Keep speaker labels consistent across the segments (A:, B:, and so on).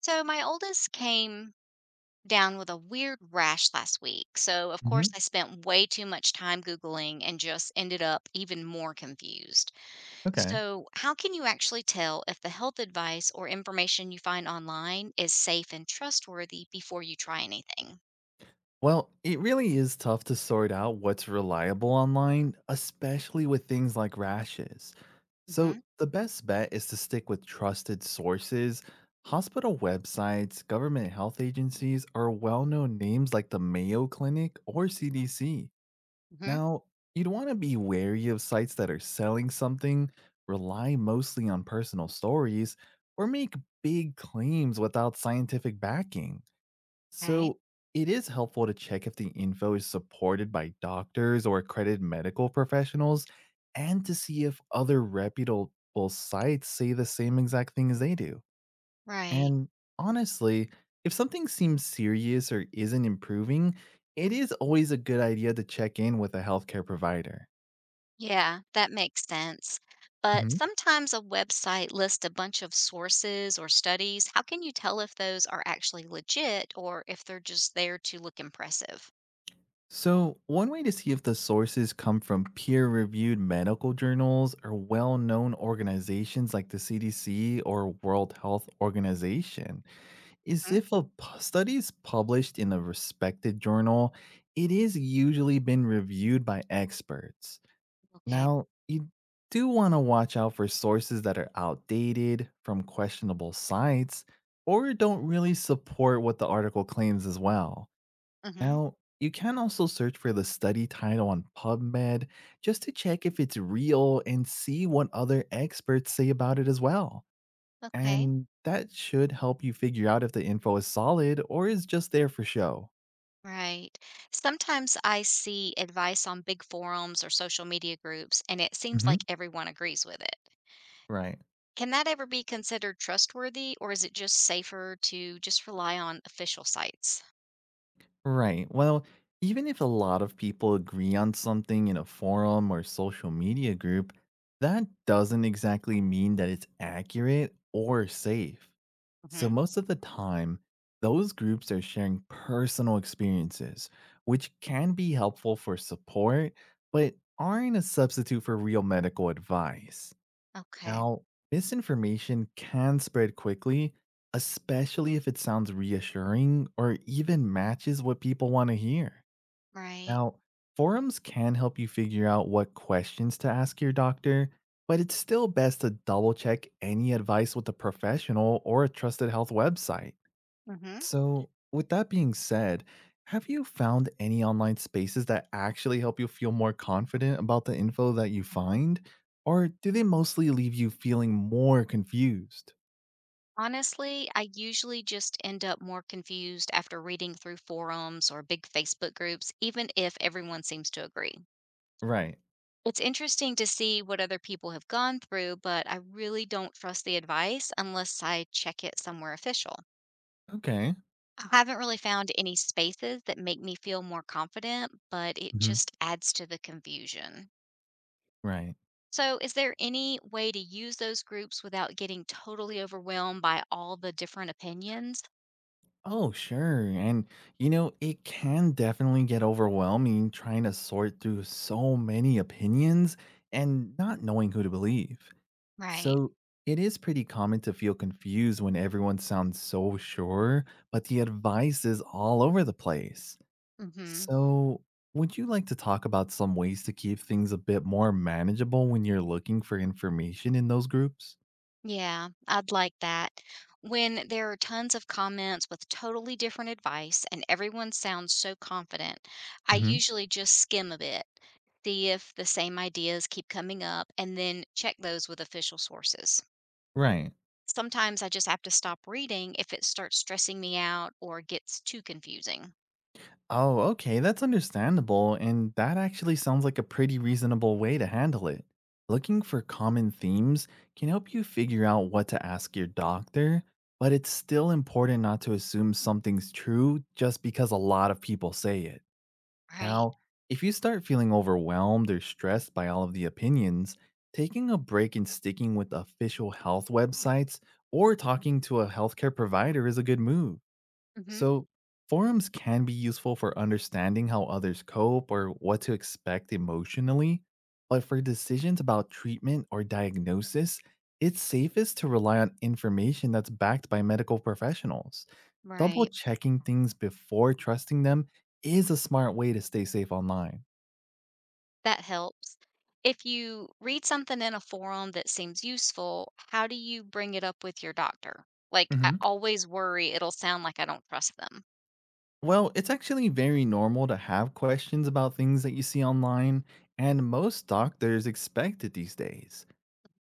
A: So my oldest came down with a weird rash last week. So of course
B: Mhm.
A: I spent way too much time googling and just ended up even more confused.
B: Okay.
A: So how can you actually tell if the health advice or information you find online is safe and trustworthy before you try anything?
B: Well, it really is tough to sort out what's reliable online, especially with things like rashes. So,
A: Mhm.
B: the best bet is to stick with trusted sources. Hospital websites, government health agencies, or well known names like the Mayo Clinic or CDC.
A: Mhm.
B: Now, you'd want to be wary of sites that are selling something, rely mostly on personal stories, or make big claims without scientific backing.
A: Okay.
B: So it is helpful to check if the info is supported by doctors or accredited medical professionals, and to see if other reputable sites say the same exact thing as they do.
A: Right.
B: And honestly, if something seems serious or isn't improving, it is always a good idea to check in with a healthcare provider.
A: Yeah, that makes sense. But sometimes a website lists a bunch of sources or studies. How can you tell if those are actually legit or if they're just there to look impressive?
B: So, one way to see if the sources come from peer reviewed medical journals or well known organizations like the CDC or World Health Organization is
A: Mhm.
B: if a study is published in a respected journal, it is usually been reviewed by experts.
A: Okay.
B: Now, you do want to watch out for sources that are outdated, from questionable sites, or don't really support what the article claims as well.
A: Hmm.
B: Now, you can also search for the study title on PubMed just to check if it's real and see what other experts say about it as well.
A: Okay.
B: And that should help you figure out if the info is solid or is just there for show.
A: Right. Sometimes I see advice on big forums or social media groups, and it seems
B: Hmm.
A: like everyone agrees with it.
B: Right.
A: Can that ever be considered trustworthy, or is it just safer to just rely on official sites?
B: Right. Well, even if a lot of people agree on something in a forum or social media group, that doesn't exactly mean that it's accurate or safe. So,
A: Hmm.
B: most of the time, those groups are sharing personal experiences, which can be helpful for support, but aren't a substitute for real medical advice.
A: Okay.
B: Now, misinformation can spread quickly, especially if it sounds reassuring or even matches what people want to hear.
A: Right.
B: Now, forums can help you figure out what questions to ask your doctor, but it's still best to double check any advice with a professional or a trusted health website.
A: Hmm.
B: So, with that being said, have you found any online spaces that actually help you feel more confident about the info that you find? Or do they mostly leave you feeling more confused?
A: Honestly, I usually just end up more confused after reading through forums or big Facebook groups, even if everyone seems to agree.
B: Right.
A: It's interesting to see what other people have gone through, but I really don't trust the advice unless I check it somewhere official.
B: Okay.
A: I haven't really found any spaces that make me feel more confident, but it
B: Hmm.
A: just adds to the confusion.
B: Right.
A: So, is there any way to use those groups without getting totally overwhelmed by all the different opinions?
B: Oh, sure. And, you know, it can definitely get overwhelming trying to sort through so many opinions and not knowing who to believe.
A: Right.
B: So it is pretty common to feel confused when everyone sounds so sure, but the advice is all over the place.
A: Mhm.
B: So, would you like to talk about some ways to keep things a bit more manageable when you're looking for information in those groups?
A: Yeah, I'd like that. When there are tons of comments with totally different advice and everyone sounds so confident, I
B: Hmm.
A: usually just skim a bit, see if the same ideas keep coming up, and then check those with official sources.
B: Right.
A: Sometimes I just have to stop reading if it starts stressing me out or gets too confusing.
B: Oh, okay, that's understandable, and that actually sounds like a pretty reasonable way to handle it. Looking for common themes can help you figure out what to ask your doctor, but it's still important not to assume something's true just because a lot of people say it.
A: Right.
B: Now, if you start feeling overwhelmed or stressed by all of the opinions, taking a break and sticking with official health websites or talking to a healthcare provider is a good move.
A: Hmm.
B: So, forums can be useful for understanding how others cope or what to expect emotionally, but for decisions about treatment or diagnosis, it's safest to rely on information that's backed by medical professionals. Double
A: Right.
B: checking things before trusting them is a smart way to stay safe online.
A: That helps. If you read something in a forum that seems useful, how do you bring it up with your doctor? Like, I
B: Mhm.
A: always worry it'll sound like I don't trust them.
B: Well, it's actually very normal to have questions about things that you see online, and most doctors expect it these days.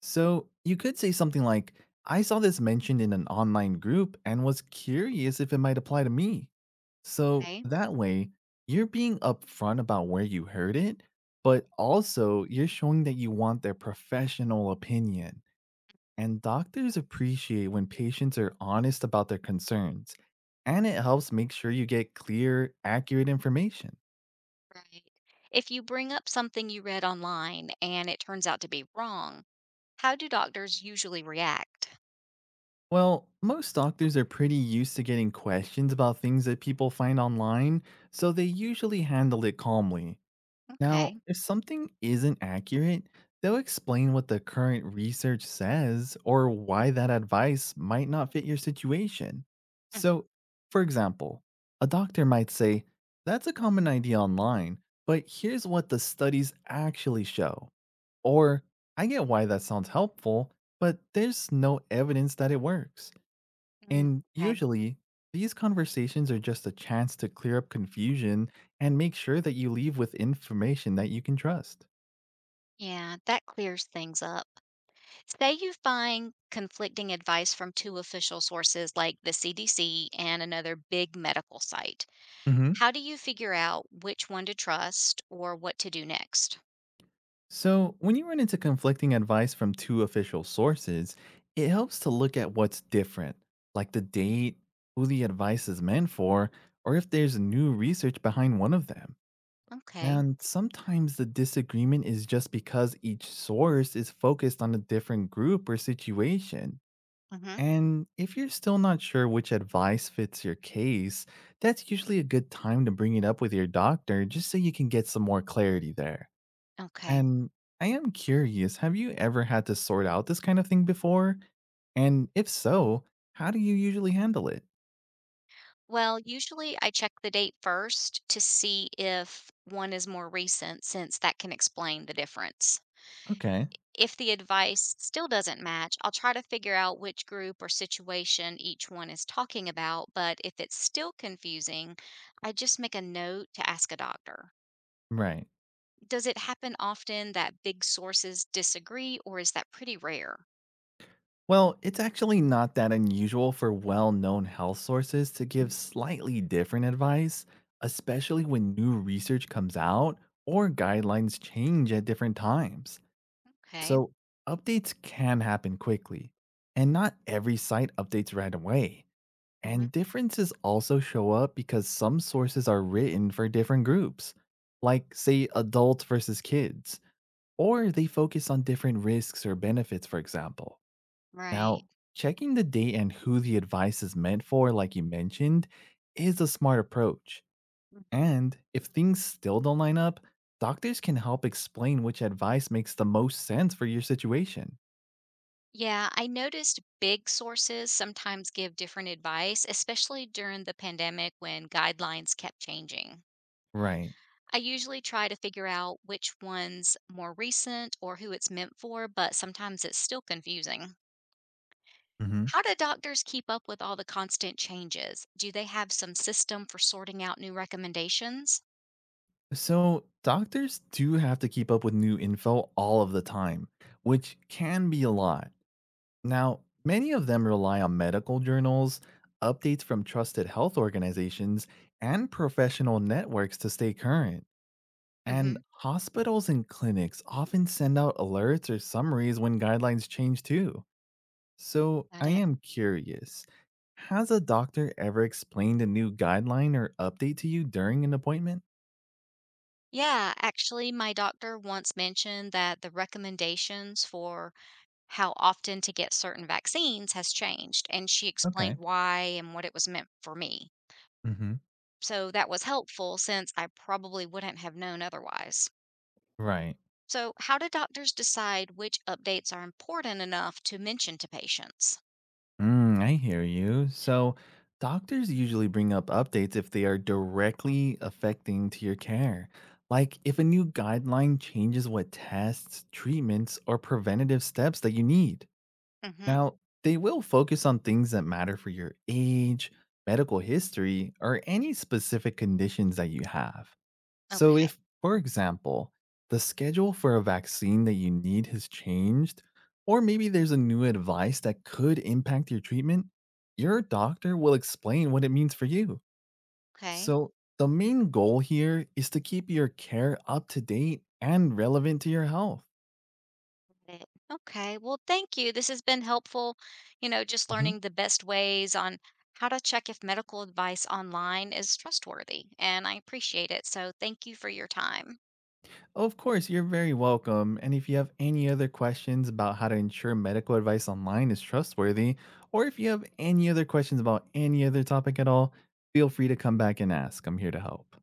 B: So you could say something like, "I saw this mentioned in an online group and was curious if it might apply to me." So
A: Okay.
B: that way, you're being upfront about where you heard it, but also you're showing that you want their professional opinion. And doctors appreciate when patients are honest about their concerns, and it helps make sure you get clear, accurate information.
A: Right. If you bring up something you read online and it turns out to be wrong, how do doctors usually react?
B: Well, most doctors are pretty used to getting questions about things that people find online, so they usually handle it calmly. Now,
A: Okay.
B: if something isn't accurate, they'll explain what the current research says or why that advice might not fit your situation.
A: Mhm.
B: So, for example, a doctor might say, "That's a common idea online, but here's what the studies actually show." Or, "I get why that sounds helpful, but there's no evidence that it works."
A: Mm.
B: And
A: Okay.
B: usually, these conversations are just a chance to clear up confusion and make sure that you leave with information that you can trust.
A: Yeah, that clears things up. Say you find conflicting advice from two official sources like the CDC and another big medical site.
B: Hmm.
A: How do you figure out which one to trust or what to do next?
B: So, when you run into conflicting advice from two official sources, it helps to look at what's different, like the date, who the advice is meant for, or if there's new research behind one of them.
A: Okay.
B: And sometimes the disagreement is just because each source is focused on a different group or situation.
A: Mhm.
B: And if you're still not sure which advice fits your case, that's usually a good time to bring it up with your doctor just so you can get some more clarity there.
A: Okay.
B: And I am curious, have you ever had to sort out this kind of thing before? And if so, how do you usually handle it?
A: Well, usually I check the date first to see if one is more recent since that can explain the difference.
B: Okay,
A: If the advice still doesn't match, I'll try to figure out which group or situation each one is talking about, but if it's still confusing, I just make a note to ask a doctor.
B: right.
A: Does it happen often that big sources disagree or is that pretty rare?
B: Well, it's actually not that unusual for well known health sources to give slightly different advice, especially when new research comes out or guidelines change at different times.
A: Okay.
B: So, updates can happen quickly, and not every site updates right away. And differences also show up because some sources are written for different groups, like, say, adults versus kids, or they focus on different risks or benefits, for example.
A: Right.
B: Now, checking the date and who the advice is meant for, like you mentioned, is a smart approach. And if things still don't line up, doctors can help explain which advice makes the most sense for your situation.
A: Yeah, I noticed big sources sometimes give different advice, especially during the pandemic when guidelines kept changing.
B: Right.
A: I usually try to figure out which one's more recent or who it's meant for, but sometimes it's still confusing.
B: Hmm.
A: How do doctors keep up with all the constant changes? Do they have some system for sorting out new recommendations?
B: So, doctors do have to keep up with new info all of the time, which can be a lot. Now, many of them rely on medical journals, updates from trusted health organizations, and professional networks to stay current. And
A: Mm-hmm.
B: hospitals and clinics often send out alerts or summaries when guidelines change too. So,
A: Got
B: I
A: it.
B: am curious, has a doctor ever explained a new guideline or update to you during an appointment?
A: Yeah, actually, my doctor once mentioned that the recommendations for how often to get certain vaccines has changed, and she explained
B: Okay.
A: why and what it was meant for me.
B: Hmm.
A: So that was helpful since I probably wouldn't have known otherwise.
B: Right.
A: So, how do doctors decide which updates are important enough to mention to patients?
B: Mm, I hear you. So, doctors usually bring up updates if they are directly affecting to your care. Like if a new guideline changes what tests, treatments, or preventative steps that you need.
A: Hmm.
B: Now, they will focus on things that matter for your age, medical history, or any specific conditions that you have. So,
A: Okay.
B: if, for example, the schedule for a vaccine that you need has changed, or maybe there's a new advice that could impact your treatment, your doctor will explain what it means for you.
A: Okay.
B: So, the main goal here is to keep your care up to date and relevant to your health.
A: Got it. Okay. Well, thank you. This has been helpful, just learning the best ways on how to check if medical advice online is trustworthy. And I appreciate it. So thank you for your time.
B: Of course, you're very welcome. And if you have any other questions about how to ensure medical advice online is trustworthy, or if you have any other questions about any other topic at all, feel free to come back and ask. I'm here to help.